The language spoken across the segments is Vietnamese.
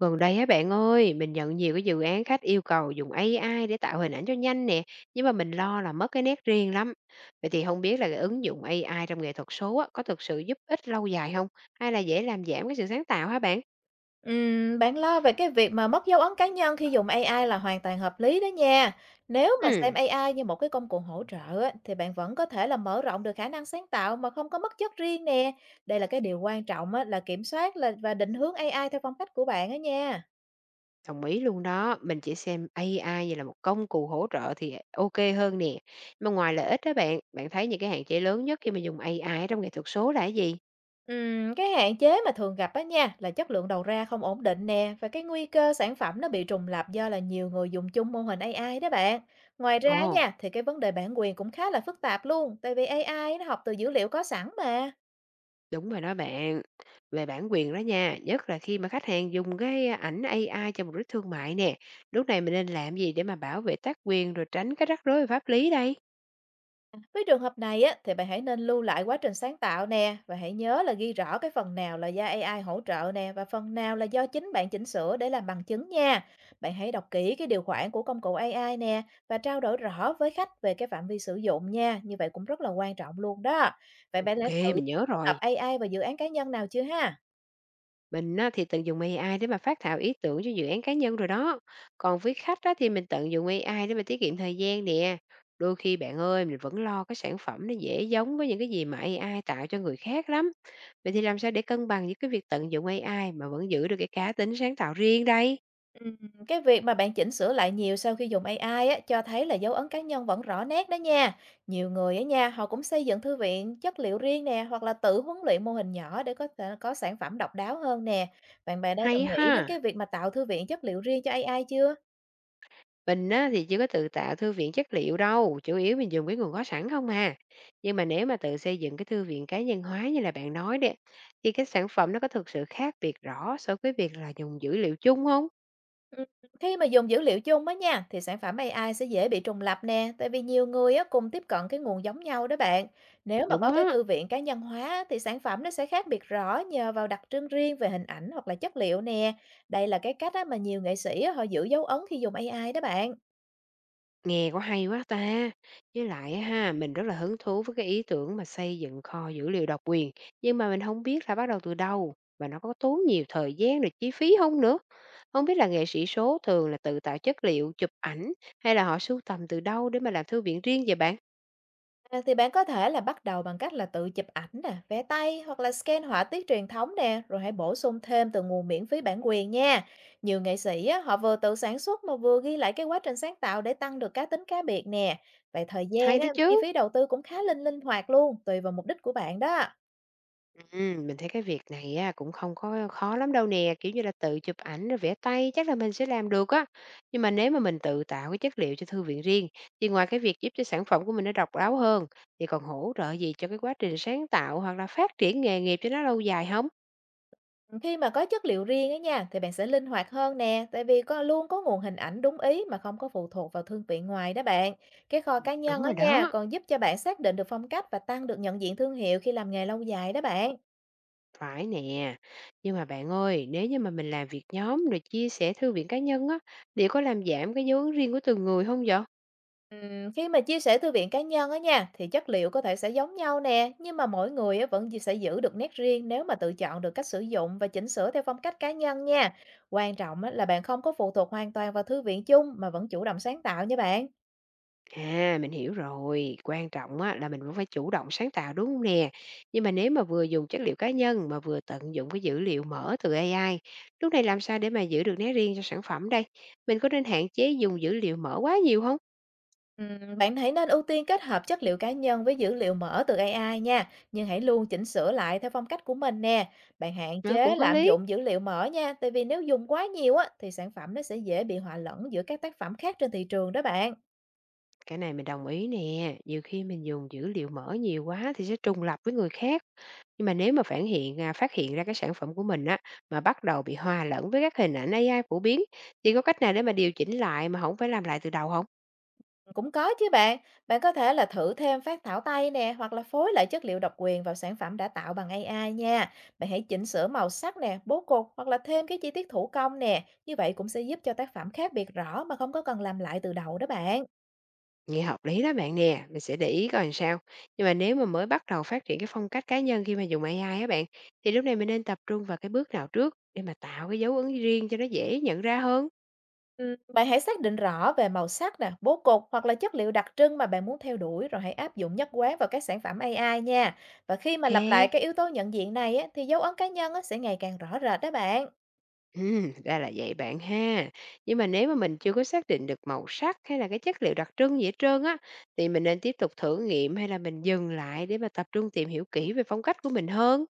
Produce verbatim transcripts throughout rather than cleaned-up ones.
Gần đây á bạn ơi, mình nhận nhiều cái dự án khách yêu cầu dùng a i để tạo hình ảnh cho nhanh nè, nhưng mà mình lo là mất cái nét riêng lắm. Vậy thì không biết là cái ứng dụng a i trong nghệ thuật số á, có thực sự giúp ích lâu dài không? Hay là dễ làm giảm cái sự sáng tạo hả bạn? Ừm, bạn lo về cái việc mà mất dấu ấn cá nhân khi dùng a i là hoàn toàn hợp lý đó nha. Nếu mà xem Ừ, a i như một cái công cụ hỗ trợ á, thì bạn vẫn có thể là mở rộng được khả năng sáng tạo mà không có mất chất riêng nè. Đây là cái điều quan trọng á, là kiểm soát là và định hướng a i theo phong cách của bạn á nha. đồng ý luôn đó, mình chỉ xem a i như là một công cụ hỗ trợ thì ok hơn nè. Mà ngoài lợi ích đó bạn, bạn thấy những cái hạn chế lớn nhất khi mà dùng a i trong nghệ thuật số là cái gì? Ừm, cái hạn chế mà thường gặp á nha là chất lượng đầu ra không ổn định nè và cái nguy cơ sản phẩm nó bị trùng lặp do là nhiều người dùng chung mô hình a i đó bạn. Ngoài ra Ồ. nha thì cái vấn đề bản quyền cũng khá là phức tạp luôn tại vì a i nó học từ dữ liệu có sẵn mà. Đúng rồi đó bạn. Về bản quyền đó nha, nhất là khi mà khách hàng dùng cái ảnh a i cho mục đích thương mại nè, lúc này mình nên làm gì để mà bảo vệ tác quyền rồi tránh cái rắc rối về pháp lý đây? Với trường hợp này á, thì bạn hãy nên lưu lại quá trình sáng tạo nè và hãy nhớ là ghi rõ cái phần nào là do a i hỗ trợ nè và phần nào là do chính bạn chỉnh sửa để làm bằng chứng nha. Bạn hãy đọc kỹ cái điều khoản của công cụ a i nè và trao đổi rõ với khách về cái phạm vi sử dụng nha. Như vậy cũng rất là quan trọng luôn đó. Vậy bạn đã Ok, thử mình nhớ kết hợp rồi. a i và dự án cá nhân nào chưa ha? Mình á, thì tận dụng a i để mà phát thảo ý tưởng cho dự án cá nhân rồi đó. Còn với khách á, thì mình tận dụng a i để mà tiết kiệm thời gian nè. Đôi khi bạn ơi, mình vẫn lo cái sản phẩm nó dễ giống với những cái gì mà a i tạo cho người khác lắm. Vậy thì làm sao để cân bằng giữa cái việc tận dụng a i mà vẫn giữ được cái cá tính sáng tạo riêng đây? Ừm, cái việc mà bạn chỉnh sửa lại nhiều sau khi dùng a i á, cho thấy là dấu ấn cá nhân vẫn rõ nét đó nha. Nhiều người á nha, họ cũng xây dựng thư viện chất liệu riêng nè, hoặc là tự huấn luyện mô hình nhỏ để có thể có sản phẩm độc đáo hơn nè. Bạn bè đã Hay từng nghĩ đến ha! cái việc mà tạo thư viện chất liệu riêng cho a i chưa? Mình á thì chưa có tự tạo thư viện chất liệu đâu, chủ yếu mình dùng cái nguồn có sẵn không à. Nhưng mà nếu mà tự xây dựng cái thư viện cá nhân hóa như là bạn nói đấy, thì cái sản phẩm nó có thực sự khác biệt rõ so với việc là dùng dữ liệu chung không? Ừm, khi mà dùng dữ liệu chung á nha thì sản phẩm a i sẽ dễ bị trùng lặp nè, tại vì nhiều người á cùng tiếp cận cái nguồn giống nhau đó bạn. Nếu mà Đúng có cái á. thư viện cá nhân hóa á, thì sản phẩm nó sẽ khác biệt rõ nhờ vào đặc trưng riêng về hình ảnh hoặc là chất liệu nè. Đây là cái cách á, mà nhiều nghệ sĩ á, họ giữ dấu ấn khi dùng a i đó bạn. Nghe có hay quá ta. Với lại á ha, mình rất là hứng thú với cái ý tưởng mà xây dựng kho dữ liệu độc quyền, nhưng mà mình không biết là bắt đầu từ đâu và nó có tốn nhiều thời gian rồi chi phí không nữa. Không biết là nghệ sĩ số thường là tự tạo chất liệu, chụp ảnh hay là họ sưu tầm từ đâu để mà làm thư viện riêng vậy bạn? À, thì bạn có thể là bắt đầu bằng cách là tự chụp ảnh nè, vẽ tay hoặc là scan họa tiết truyền thống nè, rồi hãy bổ sung thêm từ nguồn miễn phí bản quyền nha. Nhiều nghệ sĩ á, họ vừa tự sản xuất mà vừa ghi lại cái quá trình sáng tạo để tăng được cá tính cá biệt nè. Vậy thời Hay gian á, đó chi chứ. phí đầu tư cũng khá linh linh hoạt luôn, tùy vào mục đích của bạn đó. Ừm, mình thấy cái việc này á, cũng không có khó lắm đâu nè, kiểu như là, tự chụp ảnh rồi vẽ tay chắc là mình sẽ làm được á. Nhưng mà nếu mà mình tự tạo cái chất liệu cho thư viện riêng, thì ngoài cái việc giúp cho sản phẩm của mình nó độc đáo hơn, thì còn hỗ trợ gì cho cái quá trình sáng tạo hoặc là phát triển nghề nghiệp cho nó lâu dài không? Khi mà có chất liệu riêng ấy nha, thì bạn sẽ linh hoạt hơn nè, tại vì có luôn có nguồn hình ảnh đúng ý mà không có phụ thuộc vào thương viện ngoài đó bạn. Cái kho cá nhân Đúng ở rồi nha, đó, còn giúp cho bạn xác định được phong cách và tăng được nhận diện thương hiệu khi làm nghề lâu dài đó bạn. phải nè. Nhưng mà bạn ơi, nếu như mà mình làm việc nhóm rồi chia sẻ thư viện cá nhân á, liệu có làm giảm cái dấu ấn riêng của từng người không vậy? Ừm, khi mà chia sẻ thư viện cá nhân á nha, thì chất liệu có thể sẽ giống nhau nè, nhưng mà mỗi người á vẫn sẽ giữ được nét riêng nếu mà tự chọn được cách sử dụng và chỉnh sửa theo phong cách cá nhân nha. Quan trọng á là bạn không có phụ thuộc hoàn toàn vào thư viện chung mà vẫn chủ động sáng tạo nha bạn. À, mình hiểu rồi, quan trọng á là mình cũng phải chủ động sáng tạo, đúng hông nè? Nhưng mà nếu mà vừa dùng chất liệu cá nhân mà vừa tận dụng cái dữ liệu mở từ ây ai, lúc này làm sao để mà giữ được nét riêng cho sản phẩm đây? Mình có nên hạn chế dùng dữ liệu mở quá nhiều không? Ừm, bạn hãy nên ưu tiên kết hợp chất liệu cá nhân với dữ liệu mở từ a i nha, nhưng hãy luôn chỉnh sửa lại theo phong cách của mình nè. Bạn hạn Nó chế cũng có lạm lý. dụng dữ liệu mở nha, tại vì nếu dùng quá nhiều á thì sản phẩm nó sẽ dễ bị hòa lẫn giữa các tác phẩm khác trên thị trường đó bạn. Cái này mình đồng ý nè, nhiều khi mình dùng dữ liệu mở nhiều quá thì sẽ trùng lặp với người khác. Nhưng mà nếu mà phản hiện à, phát hiện ra cái sản phẩm của mình á, mà bắt đầu bị hòa lẫn với các hình ảnh a i phổ biến, thì có cách nào để mà điều chỉnh lại mà không phải làm lại từ đầu không? Cũng có chứ bạn, bạn có thể là thử thêm phác thảo tay nè hoặc là phối lại chất liệu độc quyền vào sản phẩm đã tạo bằng a i nha. Bạn hãy chỉnh sửa màu sắc nè, bố cục hoặc là thêm cái chi tiết thủ công nè, như vậy cũng sẽ giúp cho tác phẩm khác biệt rõ mà không có cần làm lại từ đầu đó bạn. Nghe hợp lý đó bạn nè, mình sẽ để ý coi làm sao. Nhưng mà nếu mà mới bắt đầu phát triển cái phong cách cá nhân khi mà dùng a i á bạn, thì lúc này mình nên tập trung vào cái bước nào trước để mà tạo cái dấu ấn riêng cho nó dễ nhận ra hơn? Ừm, bạn hãy xác định rõ về màu sắc nè, bố cục hoặc là chất liệu đặc trưng mà bạn muốn theo đuổi rồi hãy áp dụng nhất quán vào các sản phẩm a i nha. Và khi mà Ok, lặp lại các yếu tố nhận diện này á, thì dấu ấn cá nhân á, sẽ ngày càng rõ rệt đó bạn. ừ, ra là vậy bạn ha. Nhưng mà nếu mà mình chưa có xác định được màu sắc hay là cái chất liệu đặc trưng gì hết trơn á, thì mình nên tiếp tục thử nghiệm hay là mình dừng lại để mà tập trung tìm hiểu kỹ về phong cách của mình hơn?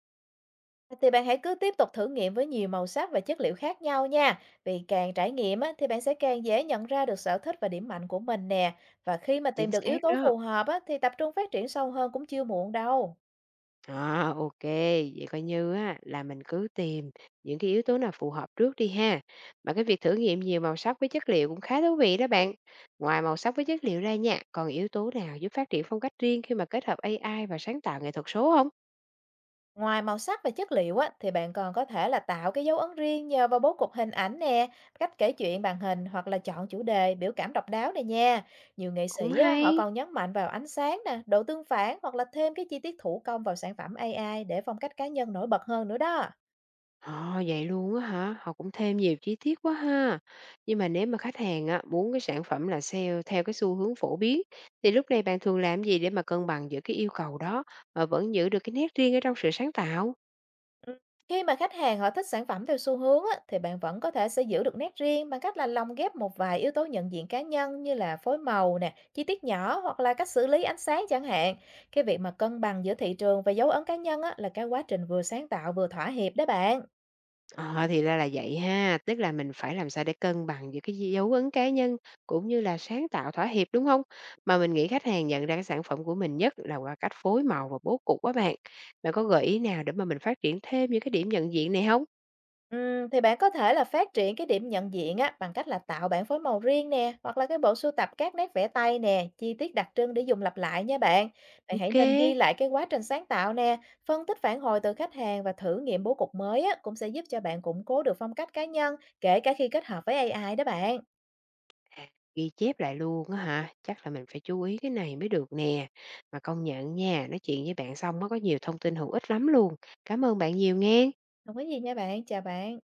Thì bạn hãy cứ tiếp tục thử nghiệm với nhiều màu sắc và chất liệu khác nhau nha. Vì càng trải nghiệm á, thì bạn sẽ càng dễ nhận ra được sở thích và điểm mạnh của mình nè. Và khi mà Chính tìm được xác yếu tố đó. phù hợp á, thì tập trung phát triển sâu hơn cũng chưa muộn đâu. À, ô, vậy coi như á là mình cứ tìm những cái yếu tố nào phù hợp trước đi ha. Mà cái việc thử nghiệm nhiều màu sắc với chất liệu cũng khá thú vị đó bạn. Ngoài màu sắc với chất liệu ra nha, còn yếu tố nào giúp phát triển phong cách riêng khi mà kết hợp a i và sáng tạo nghệ thuật số không? Ngoài màu sắc và chất liệu á, thì bạn còn có thể là tạo cái dấu ấn riêng nhờ vào bố cục hình ảnh nè, cách kể chuyện bằng hình hoặc là chọn chủ đề, biểu cảm độc đáo này nha. Nhiều nghệ Cũng sĩ á, họ hay. còn nhấn mạnh vào ánh sáng nè, độ tương phản hoặc là thêm cái chi tiết thủ công vào sản phẩm a i để phong cách cá nhân nổi bật hơn nữa đó. Ờ, vậy luôn á hả? Họ cũng thêm nhiều chi tiết quá ha. Nhưng mà nếu mà khách hàng á muốn cái sản phẩm là sale theo cái xu hướng phổ biến, thì lúc này bạn thường làm gì để mà cân bằng giữa cái yêu cầu đó mà vẫn giữ được cái nét riêng ở trong sự sáng tạo? Ừm, khi mà khách hàng họ thích sản phẩm theo xu hướng á, thì bạn vẫn có thể sẽ giữ được nét riêng bằng cách là lồng ghép một vài yếu tố nhận diện cá nhân như là phối màu nè, chi tiết nhỏ hoặc là cách xử lý ánh sáng chẳng hạn. Cái việc mà cân bằng giữa thị trường và dấu ấn cá nhân á, là cái quá trình vừa sáng tạo vừa thỏa hiệp đó bạn. Ờ, thì ra là vậy ha, tức là mình phải làm sao để cân bằng giữa cái gi dấu ấn cá nhân cũng như là sáng tạo thỏa hiệp, đúng không? Mà mình nghĩ khách hàng nhận ra cái sản phẩm của mình nhất là qua cách phối màu và bố cục á bạn. Bạn có gợi ý nào để mà mình phát triển thêm những cái điểm nhận diện này không? Ừm, thì bạn có thể là phát triển cái điểm nhận diện á bằng cách là tạo bảng phối màu riêng nè, hoặc là cái bộ sưu tập các nét vẽ tay nè, chi tiết đặc trưng để dùng lặp lại nha bạn. Bạn hãy Ok. nên ghi lại cái quá trình sáng tạo nè, phân tích phản hồi từ khách hàng và thử nghiệm bố cục mới á cũng sẽ giúp cho bạn củng cố được phong cách cá nhân, kể cả khi kết hợp với a i đó bạn. À, ghi chép lại luôn á hả? Chắc là mình phải chú ý cái này mới được nè. Mà công nhận nha, nói chuyện với bạn xong nó có nhiều thông tin hữu ích lắm luôn. Cảm ơn bạn nhiều nghe. Không có gì nha bạn, chào bạn.